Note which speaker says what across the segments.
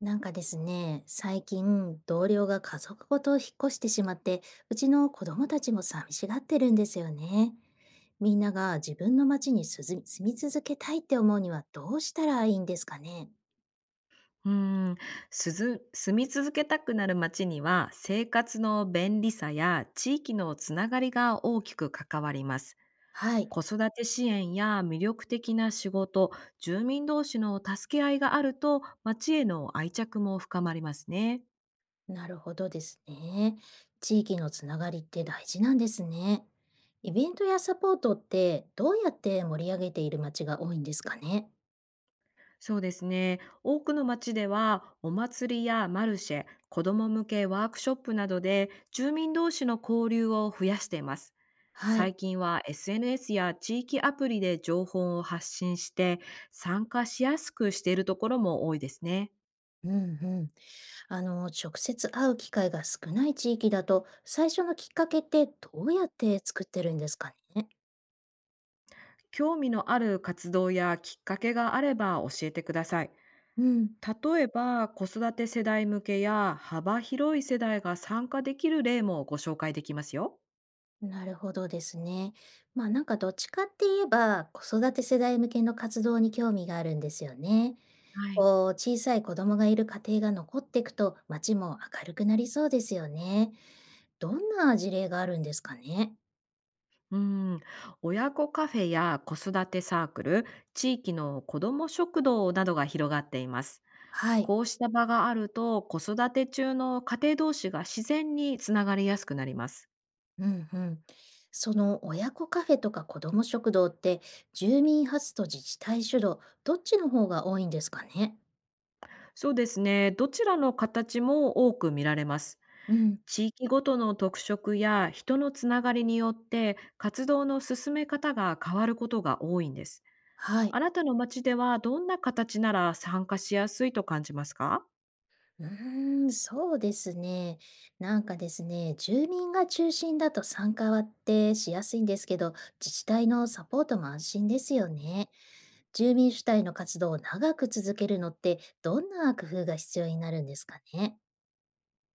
Speaker 1: なんかですね、最近同僚が家族ごと引っ越してしまって、うちの子供たちも寂しがってるんですよね。みんなが自分の町に住み続けたいって思うにはどうしたらいいんですかね。
Speaker 2: うーん、すず住み続けたくなる街には生活の便利さや地域のつながりが大きく関わります。
Speaker 1: はい。
Speaker 2: 子育て支援や魅力的な仕事、住民同士の助け合いがあると街への愛着も深まりますね。
Speaker 1: なるほどですね。地域のつながりって大事なんですね。イベントやサポートってどうやって盛り上げている町が多いんですかね。
Speaker 2: そうですね。多くの街ではお祭りやマルシェ、子ども向けワークショップなどで住民同士の交流を増やしています。
Speaker 1: はい。
Speaker 2: 最近は SNS や地域アプリで情報を発信して参加しやすくしているところも多いですね。
Speaker 1: うんうん。あの、直接会う機会が少ない地域だと、最初のきっかけってどうやって作ってるんですかね。
Speaker 2: 興味のある活動やきっかけがあれば教えてください。
Speaker 1: うん。
Speaker 2: 例えば子育て世代向けや幅広い世代が参加できる例もご紹介できますよ。
Speaker 1: なるほどですね。まあなんかどっちかって言えば、子育て世代向けの活動に興味があるんですよね。
Speaker 2: はい。
Speaker 1: こう、小さい子供がいる家庭が残っていくと、街も明るくなりそうですよね。どんな事例があるんですかね。
Speaker 2: うん、親子カフェや子育てサークル、地域の子ども食堂などが広がっています。
Speaker 1: はい。
Speaker 2: こうした場があると、子育て中の家庭同士が自然につながりやすくなります。
Speaker 1: うんうん。その親子カフェとか子ども食堂って、住民発と自治体主導、どっちの方が多いんですかね。
Speaker 2: そうですね。どちらの形も多く見られます。
Speaker 1: うん。
Speaker 2: 地域ごとの特色や人のつながりによって活動の進め方が変わることが多いんです。
Speaker 1: はい。
Speaker 2: あなたの町ではどんな形なら参加しやすいと感じますか？
Speaker 1: うーん、そうですね。なんかですね、住民が中心だと参加ってしやすいんですけど、自治体のサポートも安心ですよね。住民主体の活動を長く続けるのって、どんな工夫が必要になるんですかね。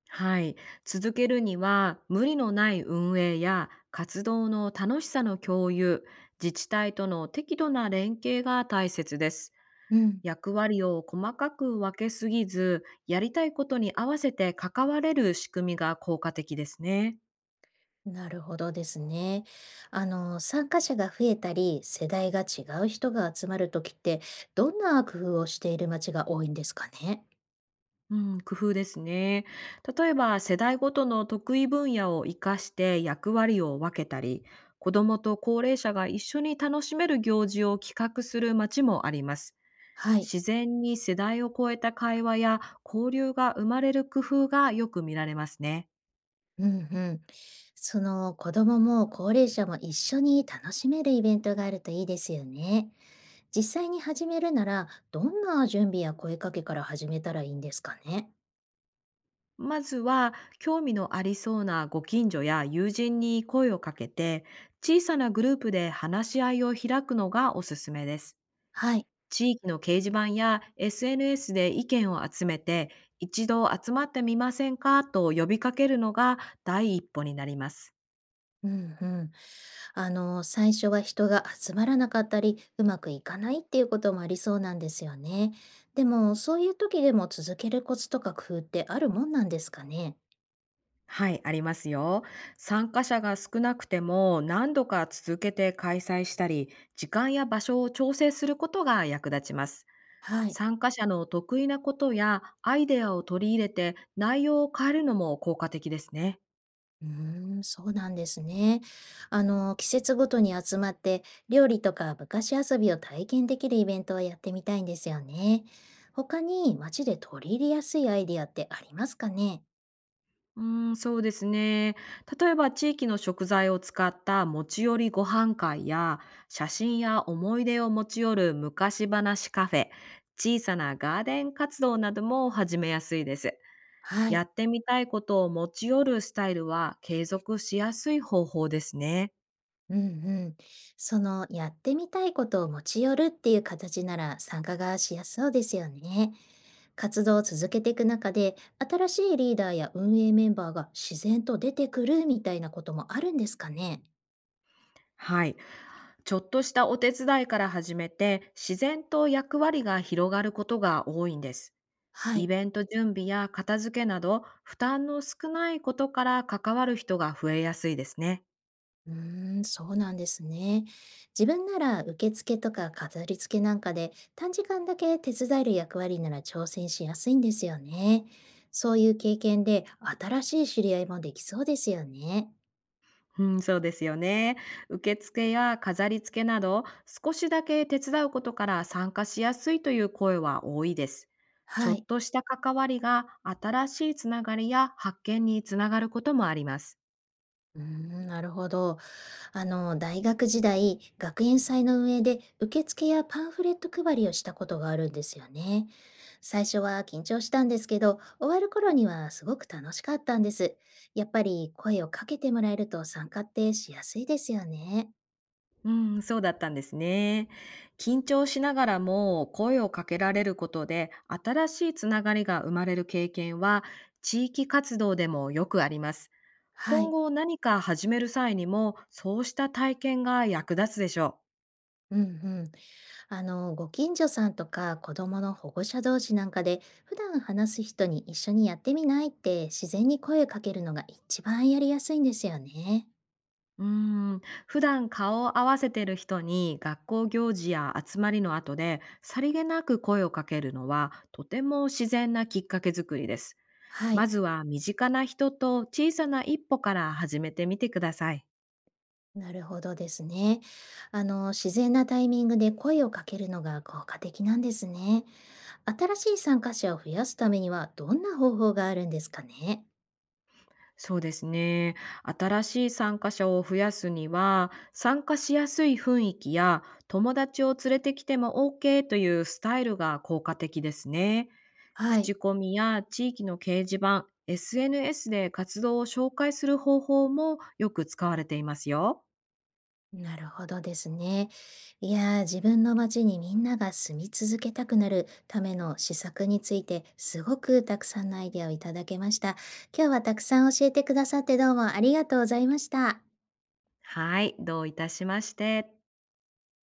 Speaker 2: はい。続けるには、無理のない運営や活動の楽しさの共有、自治体との適度な連携が大切です。
Speaker 1: うん。
Speaker 2: 役割を細かく分けすぎず、やりたいことに合わせて関われる仕組みが効果的ですね。
Speaker 1: なるほどですね。あの、参加者が増えたり、世代が違う人が集まるときって、どんな工夫をしている町が多いんですかね。
Speaker 2: うん、工夫ですね。例えば、世代ごとの得意分野を活かして役割を分けたり、子どもと高齢者が一緒に楽しめる行事を企画する町もあります。
Speaker 1: はい。
Speaker 2: 自然に世代を超えた会話や交流が生まれる工夫がよく見られますね。
Speaker 1: うんうん。その、子供も高齢者も一緒に楽しめるイベントがあるといいですよね。実際に始めるなら、どんな準備や声かけから始めたらいいんですかね。
Speaker 2: まずは興味のありそうなご近所や友人に声をかけて小さなグループで話し合いを開くのがおすすめです。
Speaker 1: はい。
Speaker 2: 地域の掲示板や SNS で意見を集めて一度集まってみませんかと呼びかけるのが第一歩になります。
Speaker 1: うんうん。あの、最初は人が集まらなかったり、うまくいかないっていうこともありそうなんですよね。でも、そういう時でも続けるコツとか工夫ってあるもんなんですかね。
Speaker 2: はい、ありますよ。参加者が少なくても何度か続けて開催したり、時間や場所を調整することが役立ちます。
Speaker 1: はい。
Speaker 2: 参加者の得意なことやアイデアを取り入れて内容を変えるのも効果的ですね。
Speaker 1: うーん、そうなんですね。あの、季節ごとに集まって、料理とか昔遊びを体験できるイベントをやってみたいんですよね。他に街で取り入れやすいアイディアってありますかね。
Speaker 2: うーん、そうですね。例えば地域の食材を使った持ち寄りご飯会や、写真や思い出を持ち寄る昔話カフェ、小さなガーデン活動なども始めやすいです。
Speaker 1: は
Speaker 2: や
Speaker 1: い。
Speaker 2: ってみたいことを持ち寄るスタイルは継続しやすい方法ですね。
Speaker 1: うんうん。その、やってみたいことを持ち寄るっていう形なら参加がしやすそうですよね。活動を続けていく中で、新しいリーダーや運営メンバーが自然と出てくるみたいなこともあるんですかね。
Speaker 2: はい。ちょっとしたお手伝いから始めて、自然と役割が広がることが多いんです。
Speaker 1: は
Speaker 2: イ
Speaker 1: い。
Speaker 2: ベント準備や片付けなど、負担の少ないことから関わる人が増えやすいですね。
Speaker 1: うーん、そうなんですね。自分なら受付とか飾り付けなんかで短時間だけ手伝える役割なら挑戦しやすいんですよね。そういう経験で新しい知り合いもできそうですよね。
Speaker 2: うん、そうですよね。受付や飾り付けなど、少しだけ手伝うことから参加しやすいという声は多いです。ちょ
Speaker 1: は
Speaker 2: っ
Speaker 1: い。
Speaker 2: とした関わりが新しいつながりや発見につながることもあります。
Speaker 1: うーん、なるほど。あの、大学時代、学園祭の運営で受付やパンフレット配りをしたことがあるんですよね。最初は緊張したんですけど、終わる頃にはすごく楽しかったんです。やっぱり声をかけてもらえると参加ってしやすいですよね。
Speaker 2: うん、そうだったんですね。緊張しながらも声をかけられることで、新しいつながりが生まれる経験は、地域活動でもよくあります。
Speaker 1: は
Speaker 2: 今
Speaker 1: い。
Speaker 2: 後何か始める際にも、そうした体験が役立つでしょう。
Speaker 1: うんうん。あの、ご近所さんとか子供の保護者同士なんかで、普段話す人に一緒にやってみないって自然に声をかけるのが一番やりやすいんですよね。
Speaker 2: うーん、普段顔を合わせてる人に学校行事や集まりの後でさりげなく声をかけるのはとても自然なきっかけ作りです。
Speaker 1: は
Speaker 2: ま
Speaker 1: い、
Speaker 2: ずは身近な人と小さな一歩から始めてみてください。
Speaker 1: なるほどですね。あの、自然なタイミングで声をかけるのが効果的なんですね。新しい参加者を増やすためにはどんな方法があるんですかね。
Speaker 2: そうですね。新しい参加者を増やすには、参加しやすい雰囲気や友達を連れてきても OK というスタイルが効果的ですね。
Speaker 1: はい、
Speaker 2: 口コミや地域の掲示板、SNS で活動を紹介する方法もよく使われていますよ。
Speaker 1: なるほどですね。いやー、自分の街にみんなが住み続けたくなるための施策についてすごくたくさんのアイデアをいただけました。今日はたくさん教えてくださってどうもありがとうございました。
Speaker 2: はい、どういたしまして。